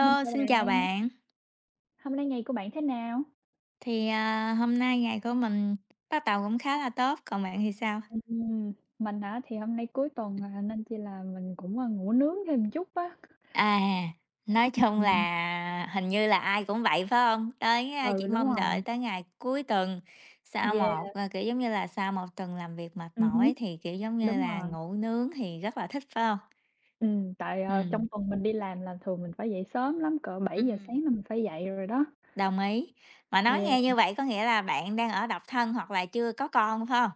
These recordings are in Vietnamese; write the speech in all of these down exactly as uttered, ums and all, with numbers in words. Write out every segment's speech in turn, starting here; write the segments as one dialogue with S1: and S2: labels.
S1: Mình chào
S2: xin chào
S1: bạn,
S2: bạn.
S1: hôm nay ngày của bạn thế nào?
S2: Thì, à, hôm nay ngày của mình bắt đầu cũng khá là tốt, còn bạn thì sao?
S1: Ừm, mình hả? Thì hôm nay cuối tuần à, nên chỉ là mình cũng, a, ngủ nướng thêm chút á.
S2: À, nói chung
S1: Ừm,
S2: là hình như là ai cũng vậy, phải không? Tới, a
S1: ừ,
S2: chỉ
S1: đúng
S2: mong
S1: rồi.
S2: đợi tới ngày cuối tuần, sau
S1: Yeah,
S2: một ờ, kiểu, giống như là, sau một tuần làm việc mệt
S1: ừm hứm,
S2: mỏi thì, kiểu, giống như
S1: đúng
S2: là,
S1: rồi.
S2: ngủ nướng thì rất là thích, phải không?
S1: Ừm, tại, ờ,
S2: Ừm,
S1: trong tuần mình đi làm là thường mình phải dậy sớm lắm, cỡ bảy giờ
S2: ừm,
S1: sáng là mình phải dậy rồi đó.
S2: đồng ý. Mà nói
S1: Yeah,
S2: nghe như vậy có nghĩa là bạn đang ở độc thân hoặc là chưa có con, phải không?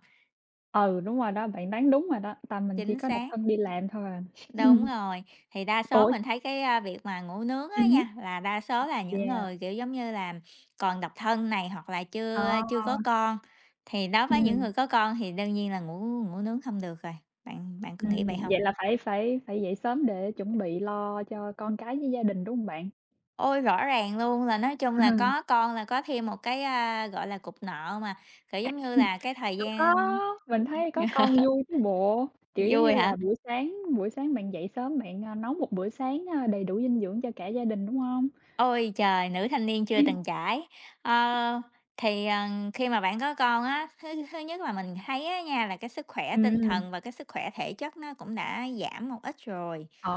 S1: ừ, đúng rồi đó, bạn đoán đúng rồi đó, tại mình chỉ
S2: Chính
S1: có độc
S2: xác.
S1: thân đi làm thôi à.
S2: Đúng rồi, thì đa số
S1: Ủa?
S2: mình thấy cái, a, việc mà ngủ nướng á
S1: Ừm hứm.
S2: nha, là đa số là những
S1: Yeah,
S2: người, kiểu, giống như là, còn độc thân này, hoặc là chưa
S1: à,
S2: chưa có con, thì đối với những người
S1: ừm.
S2: có con thì đương nhiên là ngủ ngủ nướng không được rồi, bạn bạn có nghĩ vậy
S1: Ừm,
S2: không?
S1: vậy là phải phải phải dậy sớm để chuẩn bị lo cho con cái với gia đình, đúng hông bạn?
S2: Ôi, rõ ràng luôn là nói chung
S1: Ờ,
S2: là có con là có thêm một cái, a, gọi là, cục nợ mà, kiểu, giống như
S1: ừm,
S2: là, cái thời
S1: đâu có,
S2: gian
S1: mình thấy có con vui chứ bộ, kiểu, giống như
S2: vui hả?
S1: là, buổi sáng buổi sáng bạn dậy sớm bạn, a, nấu một bữa sáng, a, đầy đủ dinh dưỡng cho cả gia đình, đúng hông?
S2: Ôi trời, nữ thanh niên chưa từng trải. Ờ, thì, ờ, khi mà bạn có con á, thứ thứ nhất là mình thấy á nha, là cái sức khỏe tinh
S1: Ừm,
S2: thần và cái sức khỏe thể chất nó cũng đã giảm một ít rồi.
S1: ồ,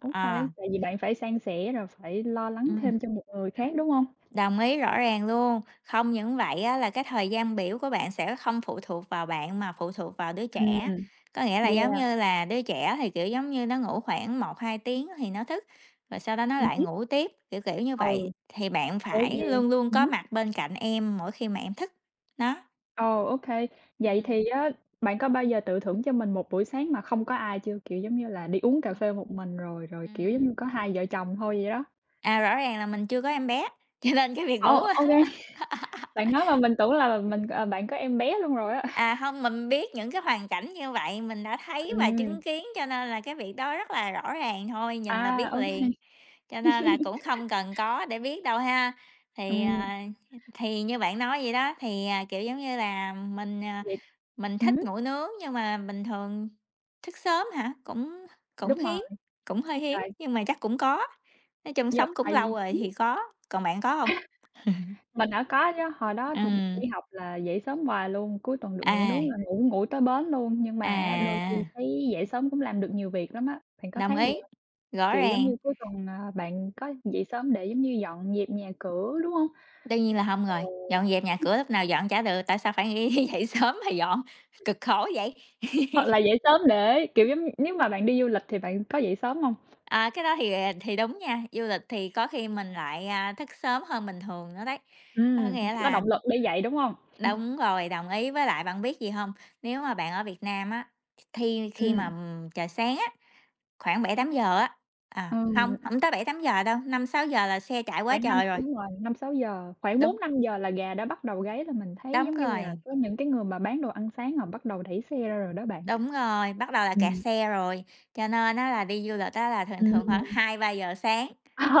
S1: OK,
S2: Ờ,
S1: tại vì bạn phải san sẻ rồi phải lo lắng thêm cho một người khác, đúng hông?
S2: Đồng ý rõ ràng luôn. Không những vậy á, là cái thời gian biểu của bạn sẽ không phụ thuộc vào bạn mà phụ thuộc vào đứa trẻ.
S1: Ừm,
S2: Có nghĩa là giống
S1: yeah,
S2: như là đứa trẻ thì kiểu giống như nó ngủ khoảng một hai tiếng thì nó thức, rồi sau đó nó
S1: ừm
S2: lại
S1: hứm,
S2: ngủ tiếp, kiểu kiểu như vậy.
S1: ừ,
S2: Thì bạn
S1: ủa,
S2: phải
S1: vậy
S2: luôn luôn
S1: ừm
S2: có
S1: hứm.
S2: mặt bên cạnh em mỗi khi mà em thức. Đó.
S1: Ồ, ô, vậy
S2: Ừm.
S1: thì á, bạn có bao giờ tự thưởng cho mình một buổi sáng mà không có ai chưa? Kiểu, giống như là, đi uống cà phê một mình rồi rồi, kiểu, giống
S2: Ừm.
S1: như, có hai vợ chồng thôi vậy đó.
S2: À, rõ ràng là mình chưa có em bé, cho nên cái việc
S1: Ồ,
S2: ngủ
S1: ô. Bạn nói mà mình tưởng là mình ờ, bạn có em bé luôn rồi á.
S2: À, không mình biết những cái hoàn cảnh như vậy mình đã thấy
S1: Ừ,
S2: và chứng kiến, cho nên là cái việc đó rất là rõ ràng thôi, nhìn là
S1: à,
S2: biết
S1: ô.
S2: liền, cho nên là cũng không cần có để biết đâu ha.
S1: Ừ,
S2: Thì, à, thì như bạn nói vậy đó, thì, à, kiểu, giống như là, mình, à,
S1: vậy
S2: mình
S1: ừm,
S2: thích ngủ nướng nhưng mà bình thường thức sớm hả? Cũng cũng
S1: đúng rồi,
S2: hiếm, cũng hơi hiếm,
S1: tại
S2: nhưng mà chắc cũng có, nói chung
S1: như
S2: sống cũng
S1: tại
S2: lâu
S1: vì
S2: rồi
S1: ừm,
S2: thì có, còn bạn có không?
S1: mình hả? Có chứ, hồi đó
S2: Ừm,
S1: đi học là dậy sớm hoài luôn, cuối tuần được ngủ
S2: à,
S1: nướng là ngủ ngủ tới bến luôn, nhưng mà đôi khi
S2: à.
S1: thấy dậy sớm cũng làm được nhiều việc lắm á. Bạn có
S2: Đồng
S1: thấy gì?
S2: ý, rõ
S1: Kiểu, giống
S2: ràng,
S1: như cuối tuần, à, bạn có dậy sớm để, giống như, dọn dẹp nhà cửa, đúng hông?
S2: đương nhiên là hông rồi,
S1: Rồi
S2: dọn dẹp nhà cửa lúc nào dọn chả được, tại sao phải nghĩ dậy sớm mà dọn, cực khổ vậy.
S1: hoặc là dậy sớm để, kiểu, giống nếu mà bạn đi du lịch thì bạn có dậy sớm hông?
S2: À, cái đó thì, à, thì đúng nha, du lịch thì có khi mình lại, à, thức sớm hơn bình thường nữa đấy. Có
S1: Ừm,
S2: nghĩa
S1: có
S2: là
S1: động lực để dậy, đúng hông?
S2: đúng rồi, đồng ý, với lại bạn biết gì hông? Nếu mà bạn ở Việt Nam á, thi khi mà,
S1: Ừm,
S2: ừm, trời sáng á, khoảng bảy tám giờ á, à,
S1: ừm,
S2: hông, hổng tới bảy tám giờ đâu, năm sáu giờ là xe chạy quá
S1: khoảng năm
S2: trời rồi.
S1: đúng rồi, năm sáu giờ khoảng
S2: Đúng,
S1: bốn năm giờ là gà đã bắt đầu gáy là mình thấy,
S2: đúng
S1: giống như là,
S2: rồi.
S1: có những cái người mà bán đồ ăn sáng họ bắt đầu đẩy xe ra rồi đó bạn.
S2: Đúng rồi, bắt đầu là kẹt
S1: Ừm,
S2: xe rồi, cho nên á là đi du lịch á là thường thường
S1: ừm.
S2: khoảng hai ba giờ sáng.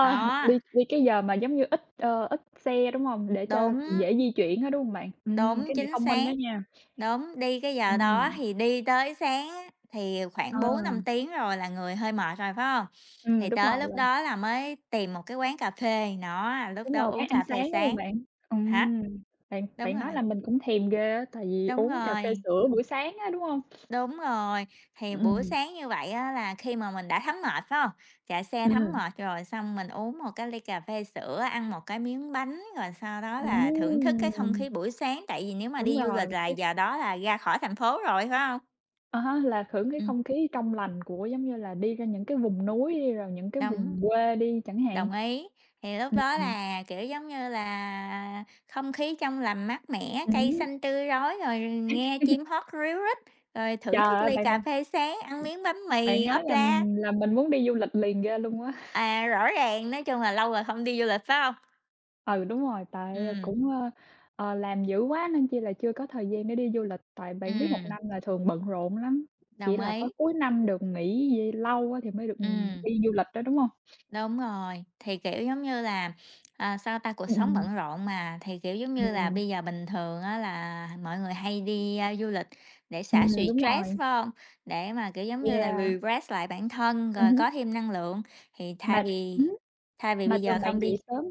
S2: Ờ. Đó,
S1: đi đi cái giờ mà, giống như, ít, ờ, ít xe, đúng hông? Để cho
S2: đúng,
S1: dễ di chuyển á, đúng hông bạn? Ừm,
S2: đúng,
S1: cái này
S2: chính
S1: thông minh
S2: xác,
S1: đó nha.
S2: đúng, đi cái giờ đó
S1: Ừm.
S2: thì đi tới sáng á thì khoảng
S1: Ờ,
S2: bốn năm tiếng rồi là người hơi mệt rồi, phải không?
S1: ừm,
S2: Thì
S1: đúng rồi
S2: tới lúc
S1: rồi,
S2: đó là mới tìm một cái quán cà phê, nó lúc
S1: đúng
S2: đó
S1: rồi,
S2: uống
S1: quán ăn
S2: cà phê
S1: sáng, đúng hông
S2: sáng.
S1: bạn?
S2: Hả?
S1: Ừm, bạn
S2: Đúng
S1: bạn nói
S2: rồi,
S1: làm mình cũng thèm ghê á, tại vì
S2: đúng
S1: uống cà phê
S2: rồi.
S1: sữa buổi sáng á, đúng hông?
S2: Đúng rồi, thì buổi
S1: Ừm,
S2: sáng như vậy á là khi mà mình đã thấm mệt, phải không? Chạy xe thấm
S1: ừm,
S2: mệt rồi xong mình uống một cái ly cà phê sữa, ăn một cái miếng bánh, rồi sau đó là thưởng thức cái
S1: ừm,
S2: không khí buổi sáng, tại vì nếu mà
S1: đúng
S2: đi du lịch
S1: rồi,
S2: là
S1: cái
S2: giờ đó là ra khỏi thành phố rồi, phải không?
S1: à há, là hưởng cái
S2: Ừm,
S1: không khí trong lành của giống như là đi ra những cái vùng núi đi, rồi những cái
S2: đồng
S1: vùng quê đi chẳng hạn.
S2: đồng ý. Thì lúc
S1: Ừm,
S2: đó
S1: ừm,
S2: là, kiểu, giống như là, không khí trong lành mát mẻ, cây
S1: ừm.
S2: xanh tươi rói, rồi nghe chim hót ríu rít, rồi
S1: Trời
S2: thưởng thức
S1: ơi,
S2: ly
S1: bạn
S2: cà
S1: là
S2: phê sáng, ăn miếng bánh
S1: bạn
S2: mì
S1: nói
S2: ốp
S1: làm
S2: la.
S1: làm mình muốn đi du lịch liền ghê luôn á.
S2: À, rõ ràng, nói chung là lâu rồi không đi du lịch, phải không?
S1: Ừ, đúng rồi, tại ờ,
S2: Ừm,
S1: cũng, ơ, ờ, làm dữ quá nên chỉ là chưa có thời gian để đi du lịch, tại bạn biết một
S2: ừm,
S1: năm là thường bận rộn lắm, chỉ
S2: đồng
S1: là có
S2: ý.
S1: cuối năm được nghỉ d lâu á thì mới được
S2: Ừm,
S1: đi du lịch đó, đúng không?
S2: đúng rồi, thì, kiểu, giống như là, à, sao ta, cuộc sống
S1: Ừm,
S2: bận rộn mà, thì, kiểu, giống như là,
S1: ừm,
S2: bây giờ bình thường á là mọi người hay đi, a, du lịch để xả
S1: ừm,
S2: stress,
S1: đúng
S2: phải
S1: rồi,
S2: không? Để mà, kiểu, giống như là,
S1: yeah,
S2: refresh lại bản thân, rồi
S1: ừm
S2: có thêm năng lượng, thì thay
S1: mà
S2: vì
S1: ừm
S2: thay vì
S1: mà
S2: bây giờ
S1: thường
S2: không
S1: bạn
S2: đi.
S1: dậy sớm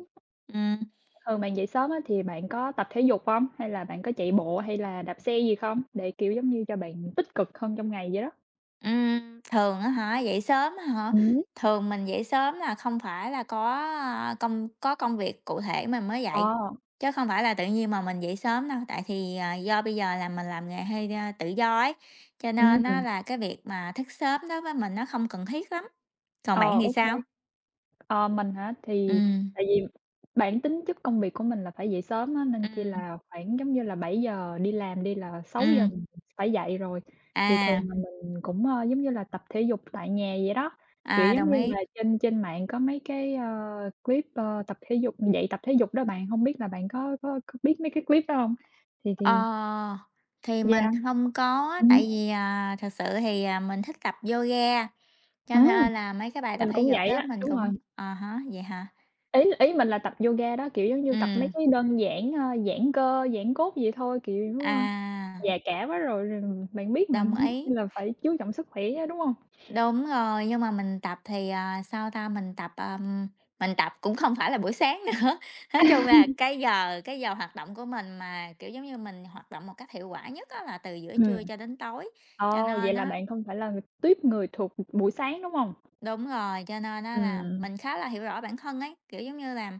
S1: thường bạn dậy sớm á thì bạn có tập thể dục không? Hay là bạn có chạy bộ hay là đạp xe gì không? Để, kiểu, giống như, cho bạn tích cực hơn trong ngày vậy đó.
S2: Ừm, thường á hả, dậy sớm á hả?
S1: Ừm.
S2: Thường mình dậy sớm là không phải là có, a, công có công việc cụ thể mình mới dậy,
S1: Ờ,
S2: chứ không phải là tự nhiên mà mình dậy sớm đâu. Tại thì, à, do bây giờ là mình làm nghề hơi, a, tự do ấy, cho nên nó
S1: ừm.
S2: là cái việc mà thức sớm đối với mình nó không cần thiết lắm. Còn bạn
S1: Ờ,
S2: thì
S1: ô
S2: sao?
S1: kê. Ờ, mình hả? Thì
S2: Ừm,
S1: tại vì bản tính chất công việc của mình là phải dậy sớm á, nên chỉ
S2: ừm,
S1: là khoảng, giống như là, bảy giờ đi làm đi là sáu giờ
S2: ừm,
S1: mình phải dậy rồi. Thì
S2: à,
S1: thường là mình cũng, ơ, giống như là, tập thể dục tại nhà vậy đó, kiểu,
S2: à,
S1: giống
S2: đồng
S1: như
S2: ý.
S1: là, trên trên mạng có mấy cái, ơ, clip, ơ, tập thể dục dậy tập thể dục đó bạn, hông biết là bạn có có có biết mấy cái clip đó hông? Thì thì
S2: Ờ, thì
S1: yeah.
S2: mình không có,
S1: Ừm,
S2: tại vì, à, thật sự thì, à, mình thích tập yoga, cho
S1: ừm,
S2: nên là mấy cái bài tập
S1: mình
S2: thể
S1: cũng
S2: dục
S1: vậy
S2: đó
S1: á,
S2: mình
S1: đúng rồi.
S2: cũng ờ hả vậy hả?
S1: Ý ý mình là tập yoga đó, kiểu, giống như
S2: ừ
S1: tập mấy cái đơn giản, ơ, giãn cơ, giãn cốt vậy thôi, kiểu, ơ,
S2: à,
S1: già cả quá rồi rồi bạn biết mà,
S2: đồng
S1: nên chi
S2: ý.
S1: là phải chú trọng sức khỏe á, đúng hông?
S2: Đúng rồi, nhưng mà mình tập thì, à, sao ta, mình tập, ờm, mình tập cũng không phải là buổi sáng nữa. Nói chung là cái giờ cái giờ hoạt động của mình mà, kiểu, giống như, mình hoạt động một cách hiệu quả nhất á là từ giữa
S1: Ừm,
S2: trưa cho đến tối, cho
S1: ờ,
S2: nên
S1: vậy là
S2: á
S1: bạn không phải là người tuýp người thuộc buổi sáng, đúng hông?
S2: đúng rồi, cho nên á là
S1: Ừm,
S2: mình khá là hiểu rõ bản thân ấy, kiểu, giống như là,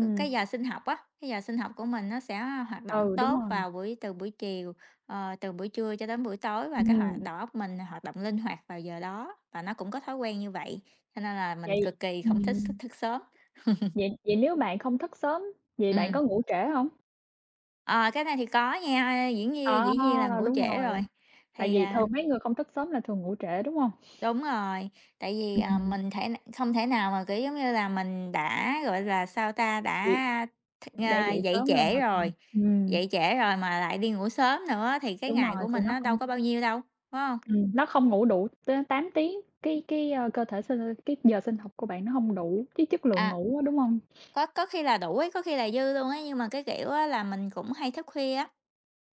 S2: c cái giờ sinh học á, cái giờ sinh học của mình nó sẽ hoạt động
S1: Ừ, đúng
S2: tốt
S1: rồi.
S2: vào buổi từ buổi chiều, ờ, từ buổi trưa cho đến buổi tối và cái hoạt
S1: Ừm.
S2: đầu óc mình hoạt động linh hoạt vào giờ đó, và nó cũng có thói quen như vậy, cho nên là mình
S1: Vậy
S2: cực kỳ không thích s
S1: ừm,
S2: thức sớm.
S1: vậy vậy nếu bạn không thức sớm, vậy bạn
S2: ừ
S1: có ngủ trễ hông?
S2: ờ, cái này thì có nha, diễn nhiên
S1: À,
S2: dĩ nhiên là ngủ
S1: đúng
S2: trễ
S1: rồi,
S2: rồi.
S1: tại
S2: Thì,
S1: vì
S2: à
S1: thường mấy người không thức sớm là thường ngủ trễ, đúng hông?
S2: Đúng rồi, tại vì, à,
S1: Ừm.
S2: mình thể không thể nào mà, kiểu, giống như là, mình đã, gọi là, sao ta,
S1: Việc
S2: đã th
S1: đã
S2: à,
S1: dậy
S2: dậy
S1: sớm rồi mà
S2: trễ
S1: còn
S2: rồi,
S1: ừm.
S2: dậy trễ rồi mà lại đi ngủ sớm nữa thì cái
S1: Đúng
S2: ngày
S1: rồi,
S2: của
S1: thì
S2: mình
S1: nó
S2: nó đâu
S1: không
S2: có bao nhiêu đâu, phải không?
S1: ừm, nó không ngủ đủ tới tám tiếng, cái cái, ơ, cơ thể sinh cái giờ sinh học của bạn nó hông đủ cái chất lượng
S2: À,
S1: ngủ á, đúng hông?
S2: có có khi là đủ ấy, có khi là dư luôn ấy, nhưng mà cái kiểu á là mình cũng hay thức khuya á,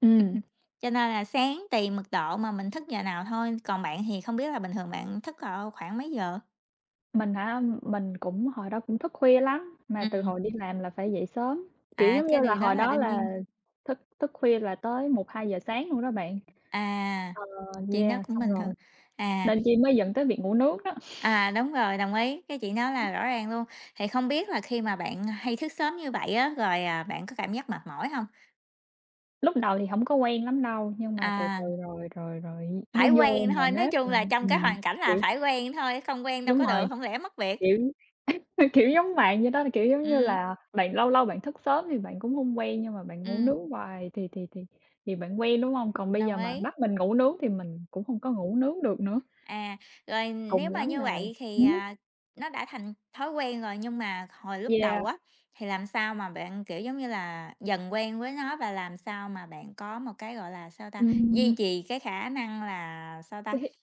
S1: Ừm,
S2: cho nên là sáng tùy mức độ mà mình thức giờ nào thôi. Còn bạn thì không biết là bình thường bạn thức, ờ, khoảng mấy giờ?
S1: mình hả, mình cũng hồi đó cũng thức khuya lắm, mà từ
S2: Ừm,
S1: hồi đi làm là phải dậy sớm, kiểu,
S2: à,
S1: giống như
S2: cái
S1: là,
S2: điều đó
S1: hồi
S2: là
S1: đó
S2: đương
S1: là
S2: nhiên
S1: thức thức khuya là tới một hai giờ sáng luôn đó bạn.
S2: à,
S1: Ờ,
S2: chuyện đó
S1: yeah,
S2: cũng
S1: xong
S2: bình thường.
S1: rồi,
S2: À.
S1: nên chi mới dẫn tới việc ngủ nướng đó.
S2: À, đúng rồi, đồng ý, cái chị nói là rõ ràng luôn. Thì không biết là khi mà bạn hay thức sớm như vậy á, rồi, à, bạn có cảm giác mệt mỏi không?
S1: Lúc đầu thì hổng có quen lắm đâu, nhưng mà từ
S2: À,
S1: từ rồi rồi rồi nó
S2: phải
S1: vô
S2: quen
S1: nề
S2: thôi, nói
S1: nếp
S2: chung
S1: và
S2: là trong cái
S1: ừm,
S2: hoàn cảnh là
S1: kiểu
S2: phải quen thôi, không quen đâu
S1: đúng
S2: có được,
S1: rồi,
S2: không lẽ mất việc.
S1: kiểu kiểu giống bạn vậy đó, là, kiểu, giống như
S2: Ừm,
S1: là bạn lâu lâu bạn thức sớm thì bạn cũng không quen, nhưng mà bạn ngủ
S2: ừm,
S1: nướng hoài thì thì thì thì bạn quen, đúng không? Còn bây
S2: đồng
S1: giờ mà
S2: ý.
S1: bắt mình ngủ nướng thì mình cũng không có ngủ nướng được nữa,
S2: À, rồi nếu
S1: cùng
S2: mà
S1: lắm
S2: như
S1: là
S2: vậy thì,
S1: ừm hứm,
S2: à, nó đã thành thói quen rồi, nhưng mà hồi lúc
S1: yeah,
S2: đầu á, thì làm sao mà bạn, kiểu, giống như là, dần quen với nó và làm sao mà bạn có một cái, gọi là, sao ta, duy
S1: ừm,
S2: trì cái khả năng là, sao ta
S1: cái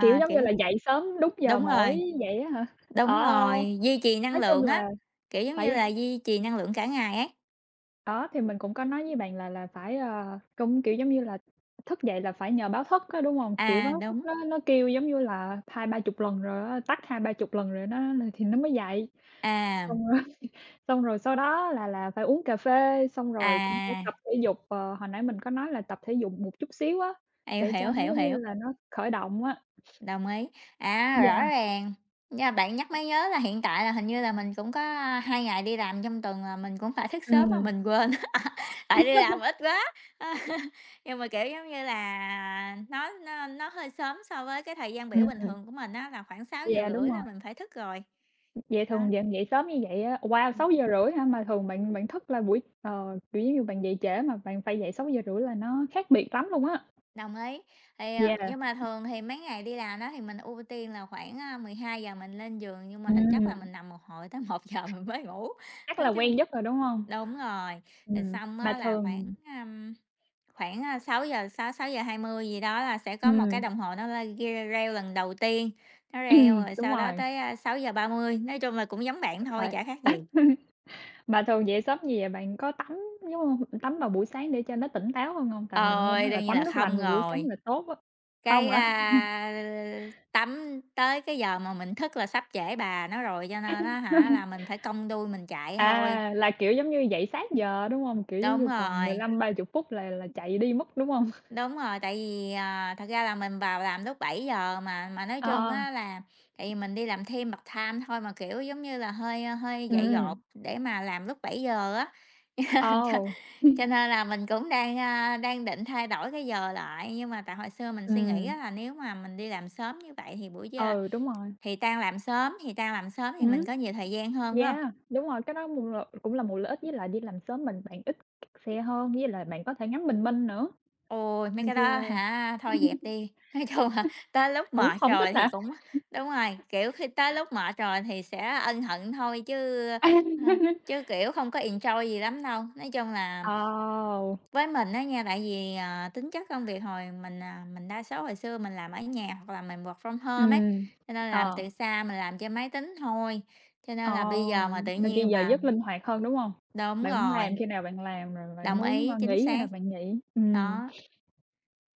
S1: kiểu, giống
S2: kiểu
S1: như là, dậy sớm đúng giờ
S2: đúng
S1: mỗi
S2: rồi,
S1: vậy á hả? Ờ,
S2: đúng rồi, duy trì năng
S1: nói chung
S2: lượng
S1: là
S2: á, kiểu, giống
S1: phải.
S2: như là, duy trì năng lượng cả ngày ấy.
S1: Đó, thì mình cũng có nói với bạn là là phải, ờ, cũng, kiểu, giống như là, thức dậy là phải nhờ báo thức á, đúng hông? Kiểu,
S2: À,
S1: báo thức
S2: đúng,
S1: nó nó kêu giống như là hai ba chục lần rồi á, tách hai ba chục lần rồi nó thì nó mới dậy.
S2: à,
S1: Xong rồi, xong rồi sau đó là là phải uống cà phê, xong rồi cũng phải
S2: à,
S1: tập thể dục, ờ, hồi nãy mình có nói là tập thể dục một chút xíu á,
S2: hiểu,
S1: để cho
S2: hiểu,
S1: nó
S2: hiểu,
S1: giống như
S2: hiểu,
S1: là nó khởi động á.
S2: đồng ý. À, rõ
S1: Yeah,
S2: ràng, nha, bạn nhắc mới nhớ là hiện tại là hình như là mình cũng có hai ngày đi làm trong tuần là mình cũng phải thức sớm mà
S1: ừm,
S2: mình quên, tại đi làm ít quá. Nhưng mà, kiểu, giống như là, nó nó nó hơi sớm so với cái thời gian biểu bình
S1: ừm,
S2: thường của mình á, là khoảng sáu
S1: yeah,
S2: giờ
S1: đúng
S2: rưỡi là
S1: rồi.
S2: mình phải thức rồi.
S1: Vậy
S2: Đó.
S1: thường dậy dậy sớm như vậy á, wow, sáu giờ rưỡi hả? Mà thường bạn bạn thức là buổi ờ, kiểu, giống như bạn dậy trễ mà bạn phải dậy sáu giờ rưỡi là nó khác biệt lắm luôn á.
S2: Đồng ý. Thì, ờ,
S1: Yeah,
S2: nhưng mà thường thì mấy ngày đi làm đó thì mình ưu tiên là khoảng, ờ, mười hai giờ mình lên giường, nhưng mà thực chất là
S1: ừm,
S2: mình nằm một hồi tới một giờ mình mới ngủ.
S1: chắc là
S2: Nói
S1: quen
S2: chung
S1: giấc rồi, đúng hông?
S2: đúng rồi, rồi
S1: Ừm,
S2: xong
S1: mà
S2: á là khoảng,
S1: thường
S2: ờm, khoảng, ờ, sáu giờ sáu sáu giờ hai mươi gì đó là sẽ có một cái
S1: ừm,
S2: đồng hồ nó lên re reo lần đầu tiên, nó reo
S1: ừm,
S2: rồi
S1: đúng
S2: sau đó
S1: rồi,
S2: tới, ờ, sáu giờ ba mươi. Nói chung là cũng giống bạn thôi,
S1: phải.
S2: chả khác gì.
S1: Mà thường dậy sớm như vậy bạn có tắm, giống hông? Tắm vào buổi sáng để cho nó tỉnh táo hơn hông? Tại mình nghe
S2: Ôi,
S1: nói là
S2: đương nhiên là
S1: tắm nước lạnh
S2: không
S1: vào buổi sáng
S2: rồi.
S1: là tốt á.
S2: Cái,
S1: Hông hả?
S2: a, Tắm tới cái giờ mà mình thức là sắp trễ bà nó rồi, cho nên á hả là mình phải cong đuôi mình chạy thôi.
S1: À, là, kiểu, giống như dậy sát giờ, đúng hông? Kiểu, giống
S2: Đúng
S1: như còn mười
S2: rồi,
S1: lăm ba chục phút là là chạy đi mất, đúng hông?
S2: đúng rồi, tại vì, à, thật ra là mình vào làm lúc bảy giờ mà mà nói chung
S1: Ờ,
S2: á là tại vì mình đi làm thêm part-time thôi mà, kiểu, giống như là, hơi, à, hơi dại dột
S1: ừm,
S2: để mà làm lúc bảy giờ á. Cho
S1: ồ,
S2: cho nên là mình cũng đang, a, đang định thay đổi cái giờ lại, nhưng mà tại hồi xưa mình suy nghĩ
S1: ừm,
S2: á là nếu mà mình đi làm sớm như vậy thì buổi d
S1: ừ, đúng rồi,
S2: thì tan làm sớm, thì tan làm sớm thì mình
S1: ừm,
S2: có nhiều thời gian hơn, phải hông?
S1: yeah, đúng rồi, cái đó mùng là cũng là một lợi ích, với lại đi làm sớm mình bạn ít xe hơn, với lại bạn có thể ngắm bình minh nữa,
S2: Ôi, mấy
S1: nên
S2: cái
S1: chi
S2: đó
S1: là
S2: hả, thôi dẹp đi, nói chung là tới lúc
S1: cũng
S2: mệt
S1: hổng thích
S2: rồi thì
S1: hả?
S2: cũng đúng rồi, kiểu, khi tới lúc mệt rồi thì sẽ ân hận thôi chứ, ơ, chứ, kiểu, không có enjoy gì lắm đâu. Nói chung là
S1: Ồ,
S2: với mình đó nha, tại vì, ờ, tính chất công việc hồi mình, à, mình đa số hồi xưa mình làm ở nhà hoặc là mình work from home ấy,
S1: ừm,
S2: cho nên làm
S1: ờ,
S2: từ xa, mình làm trên máy tính thôi, cho nên là bây giờ
S1: ồ,
S2: mà tự
S1: nên chi
S2: nhiên
S1: giờ
S2: vào
S1: giấc linh hoạt hơn, đúng hông?
S2: đúng
S1: Bạn muốn làm
S2: rồi.
S1: khi nào bạn làm, rồi bạn
S2: Đồng
S1: muốn,
S2: ý,
S1: ơ,
S2: chính
S1: nghỉ khi
S2: xác.
S1: nào bạn nghỉ, ừm.
S2: Đó,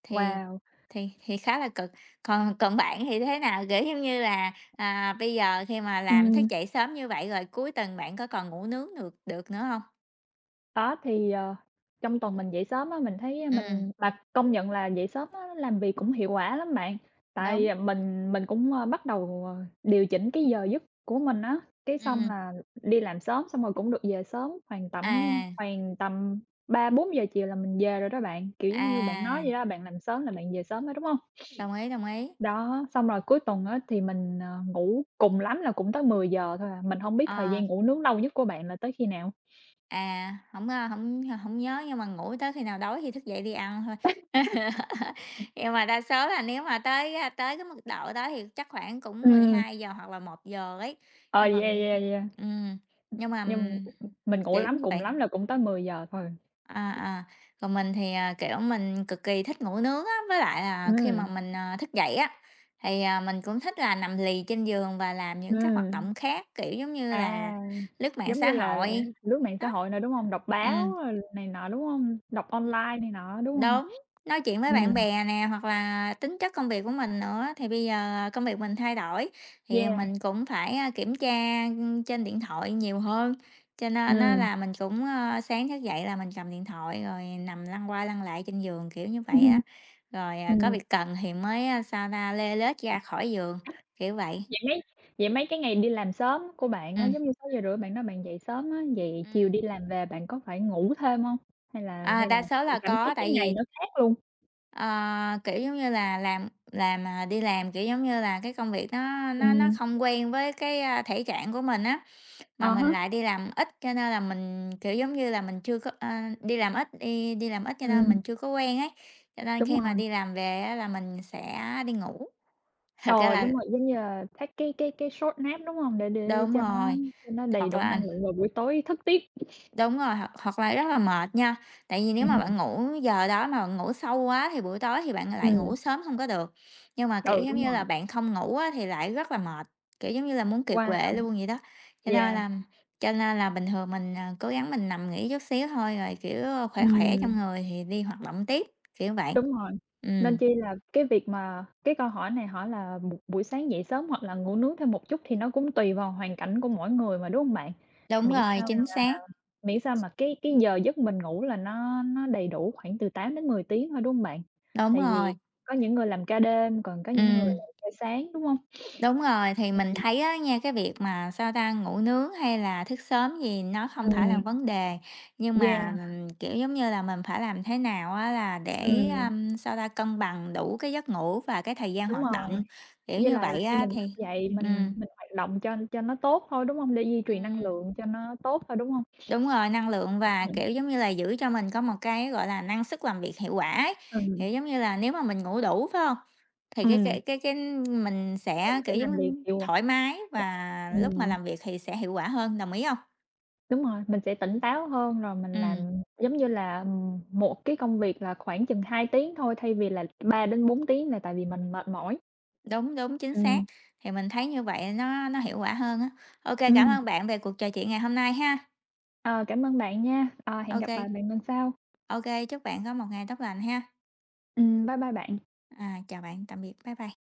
S2: thì
S1: Wow!
S2: thì thì khá là cực. Còn còn bạn thì thế nào? Kiểu, giống như là, à, bây giờ khi mà làm thức
S1: Ừm,
S2: dậy sớm như vậy rồi cuối tuần bạn có còn ngủ nướng được được nữa không?
S1: đó, thì, ờ, trong tuần mình dậy sớm á, mình thấy
S2: Ừm,
S1: mình mà công nhận là dậy sớm á làm việc cũng hiệu quả lắm bạn. Tại
S2: đúng,
S1: à, mình mình cũng, ơ, bắt đầu, ờ, điều chỉnh cái giờ giấc của mình á, cái xong
S2: ừm,
S1: là đi làm sớm xong rồi cũng được về sớm, khoảng tầm
S2: à,
S1: khoảng tầm ba bốn giờ chiều là mình về rồi đó bạn. Kiểu, giống như bạn nói
S2: à,
S1: vậy đó, bạn làm sớm là bạn về sớm rồi, đúng không?
S2: đồng ý, đồng ý.
S1: Đó, xong rồi cuối tuần á thì mình, ờ, ngủ cùng lắm là cũng tới mười giờ thôi à, mình không biết thời
S2: Ờ.
S1: gian ngủ nướng lâu nhất của bạn là tới khi nào?
S2: À, không a, không hổng nhớ nhưng mà ngủ tới khi nào đói thì thức dậy đi ăn thôi. Nhưng mà đa số là nếu mà tới, tới cái mức độ đó thì chắc khoảng cũng mười
S1: Ừm.
S2: hai giờ hoặc là một giờ ấy,
S1: Ờ,
S2: nhưng mà
S1: yeah, yeah, yeah, yeah.
S2: ừm, nhưng mà,
S1: Nhưng mình ngủ
S2: kiểu
S1: lắm,
S2: như
S1: cùng
S2: vậy.
S1: lắm là cũng tới mười giờ thôi.
S2: À, à, còn mình thì, à, kiểu, mình cực kỳ thích ngủ nướng á, với lại là khi mà
S1: Ừm,
S2: mình, à, thức dậy á, thì, à, mình cũng thích là nằm lì trên giường và làm những cái hoạt
S1: ừm,
S2: động khác, kiểu, giống như
S1: à,
S2: là lướt mạng
S1: giống
S2: xã
S1: như là là
S2: hội,
S1: lướt mạng xã
S2: đó.
S1: hội nè, đúng hông? Đọc
S2: Ừ,
S1: báo rồi này nọ, đúng hông? Đọc online này nọ, đúng hông?
S2: đúng, nói chuyện với bạn
S1: Ừm,
S2: bè nè, hoặc là tính chất công việc của mình nữa, thì bây giờ công việc mình thay đổi, thì
S1: yeah,
S2: mình cũng phải, a, kiểm tra, trên điện thoại nhiều hơn. Cho nên á
S1: ừm,
S2: là mình cũng, ơ, sáng thức dậy là mình cầm điện thoại rồi nằm lăn qua lăn lại trên giường, kiểu như vậy á. Rồi, à, có
S1: ừm.
S2: việc cần thì mới, a, sao ta, lê lết ra khỏi giường, kiểu vậy.
S1: Vậy mấy vậy mấy cái ngày đi làm sớm của bạn á,
S2: Ừm.
S1: giống như sáu giờ rưỡi bạn nói bạn dậy sớm á, vậy chiều
S2: Ừm.
S1: đi làm về bạn có phải ngủ thêm hông? Hay là
S2: À,
S1: hay là
S2: đa số
S1: bạn
S2: là
S1: cảm thấy
S2: có,
S1: cái
S2: tại
S1: ngày
S2: vì
S1: nó khác luôn?
S2: ờ, kiểu, giống như là, làm làm, à, đi làm, kiểu, giống như là, cái công việc nó nó nó
S1: Ừm,
S2: không quen với cái, a, thể trạng của mình á, mà
S1: à
S2: mình
S1: há,
S2: lại đi làm ít cho nên là mình, kiểu, giống như là, mình chưa có ơ, đi làm ít đi đi làm ít cho nên
S1: ừm,
S2: mình chưa có quen ấy, cho nên
S1: đúng
S2: khi mà
S1: rồi.
S2: đi làm về á là mình sẽ đi ngủ. Thật ra à
S1: Ờ, đúng
S2: là
S1: rồi, giống như là take cái cái cái short nap, đúng hông? Để để
S2: đúng
S1: cho nó
S2: rồi,
S1: cho nó đầy
S2: hoặc
S1: đủ
S2: là
S1: năng lượng vào buổi tối thức tiếp.
S2: đúng rồi, hoặc hoặc là rất là mệt nha. Tại vì nếu mà
S1: Ừm,
S2: bạn ngủ giờ đó mà bạn ngủ sâu quá thì buổi tối thì bạn lại ngủ
S1: ừm,
S2: sớm không có được. Nhưng mà, kiểu,
S1: ừ,
S2: giống
S1: đúng
S2: như là
S1: rồi.
S2: bạn không ngủ á thì lại rất là mệt, kiểu, giống như là muốn kiệt
S1: Qua
S2: quệ luôn vậy đó. Cho nên
S1: yeah,
S2: là cho nên là bình thường mình, à, cố gắng mình nằm nghỉ chút xíu thôi rồi, kiểu, khỏe khỏe trong
S1: ừm,
S2: người thì đi hoạt động tiếp, kiểu vậy.
S1: đúng rồi. Nên
S2: Ừm,
S1: chi là cái việc mà cái câu hỏi này hỏi là một buổi sáng dậy sớm hoặc là ngủ nướng thêm một chút thì nó cũng tùy vào hoàn cảnh của mỗi người mà, đúng hông bạn?
S2: đúng
S1: Miễn
S2: rồi,
S1: sao
S2: chính xác,
S1: miễn sao mà cái cái giờ giấc mình ngủ là nó nó đầy đủ khoảng từ tám đến mười tiếng thôi, đúng hông bạn?
S2: đúng
S1: Tại
S2: rồi,
S1: vì có những người làm ca đêm, còn có những người
S2: ừm.
S1: làm ca sáng, đúng hông?
S2: Đúng rồi, thì mình thấy á nha, cái việc mà, sao ta, ngủ nướng hay là thức sớm gì nó không phải là
S1: Ừm.
S2: vấn đề, nhưng mà
S1: Yeah,
S2: mình, kiểu, giống như là, mình phải làm thế nào á là để,
S1: ừm,
S2: ưm, sao ta, cân bằng đủ cái giấc ngủ và cái thời gian
S1: đúng
S2: hoạt
S1: rồi.
S2: động, kiểu
S1: Với
S2: như
S1: lại
S2: vậy
S1: khi
S2: á
S1: mình
S2: thì
S1: thức dậy mình
S2: ừm.
S1: mình hoạt động cho cho nó tốt thôi, đúng hông? Để duy trì năng
S2: Ừm.
S1: lượng cho nó tốt thôi, đúng hông?
S2: Đúng rồi, năng lượng và,
S1: Ừm,
S2: kiểu, giống như là, giữ cho mình có một cái, gọi là, năng suất làm việc hiệu quả ấy. Kiểu,
S1: ừm,
S2: giống như là, nếu mà mình ngủ đủ, phải hông? Thì cái
S1: ừm,
S2: cái cái cái mình
S1: mình
S2: sẽ,
S1: sẽ
S2: kiểu, giống
S1: làm việc
S2: như,
S1: hiệu
S2: thoải mái
S1: dạ,
S2: và lúc mà
S1: ừm,
S2: làm việc thì sẽ hiệu quả hơn, đồng ý không?
S1: đúng rồi, mình sẽ tỉnh
S2: Ừm.
S1: táo hơn rồi mình
S2: Ừm,
S1: làm giống như là, ừm, một cái công việc là khoảng chừng hai tiếng thôi thay vì là ba đến bốn tiếng là tại vì mình mệt mỏi.
S2: đúng, đúng, chính xác.
S1: Ừm,
S2: Thì mình thấy như vậy nó nó hiệu quả hơn á. Ô, cảm
S1: ừm,
S2: ơn bạn về cuộc trò chuyện ngày hôm nay ha.
S1: ờ, cảm ơn bạn nha, ờ,
S2: ok
S1: hẹn gặp
S2: ok
S1: lại bạn lần sau.
S2: chúc bạn có một ngày tốt lành ha.
S1: Ừm, bye bye bạn.
S2: À, chào bạn, tạm biệt, bye bye.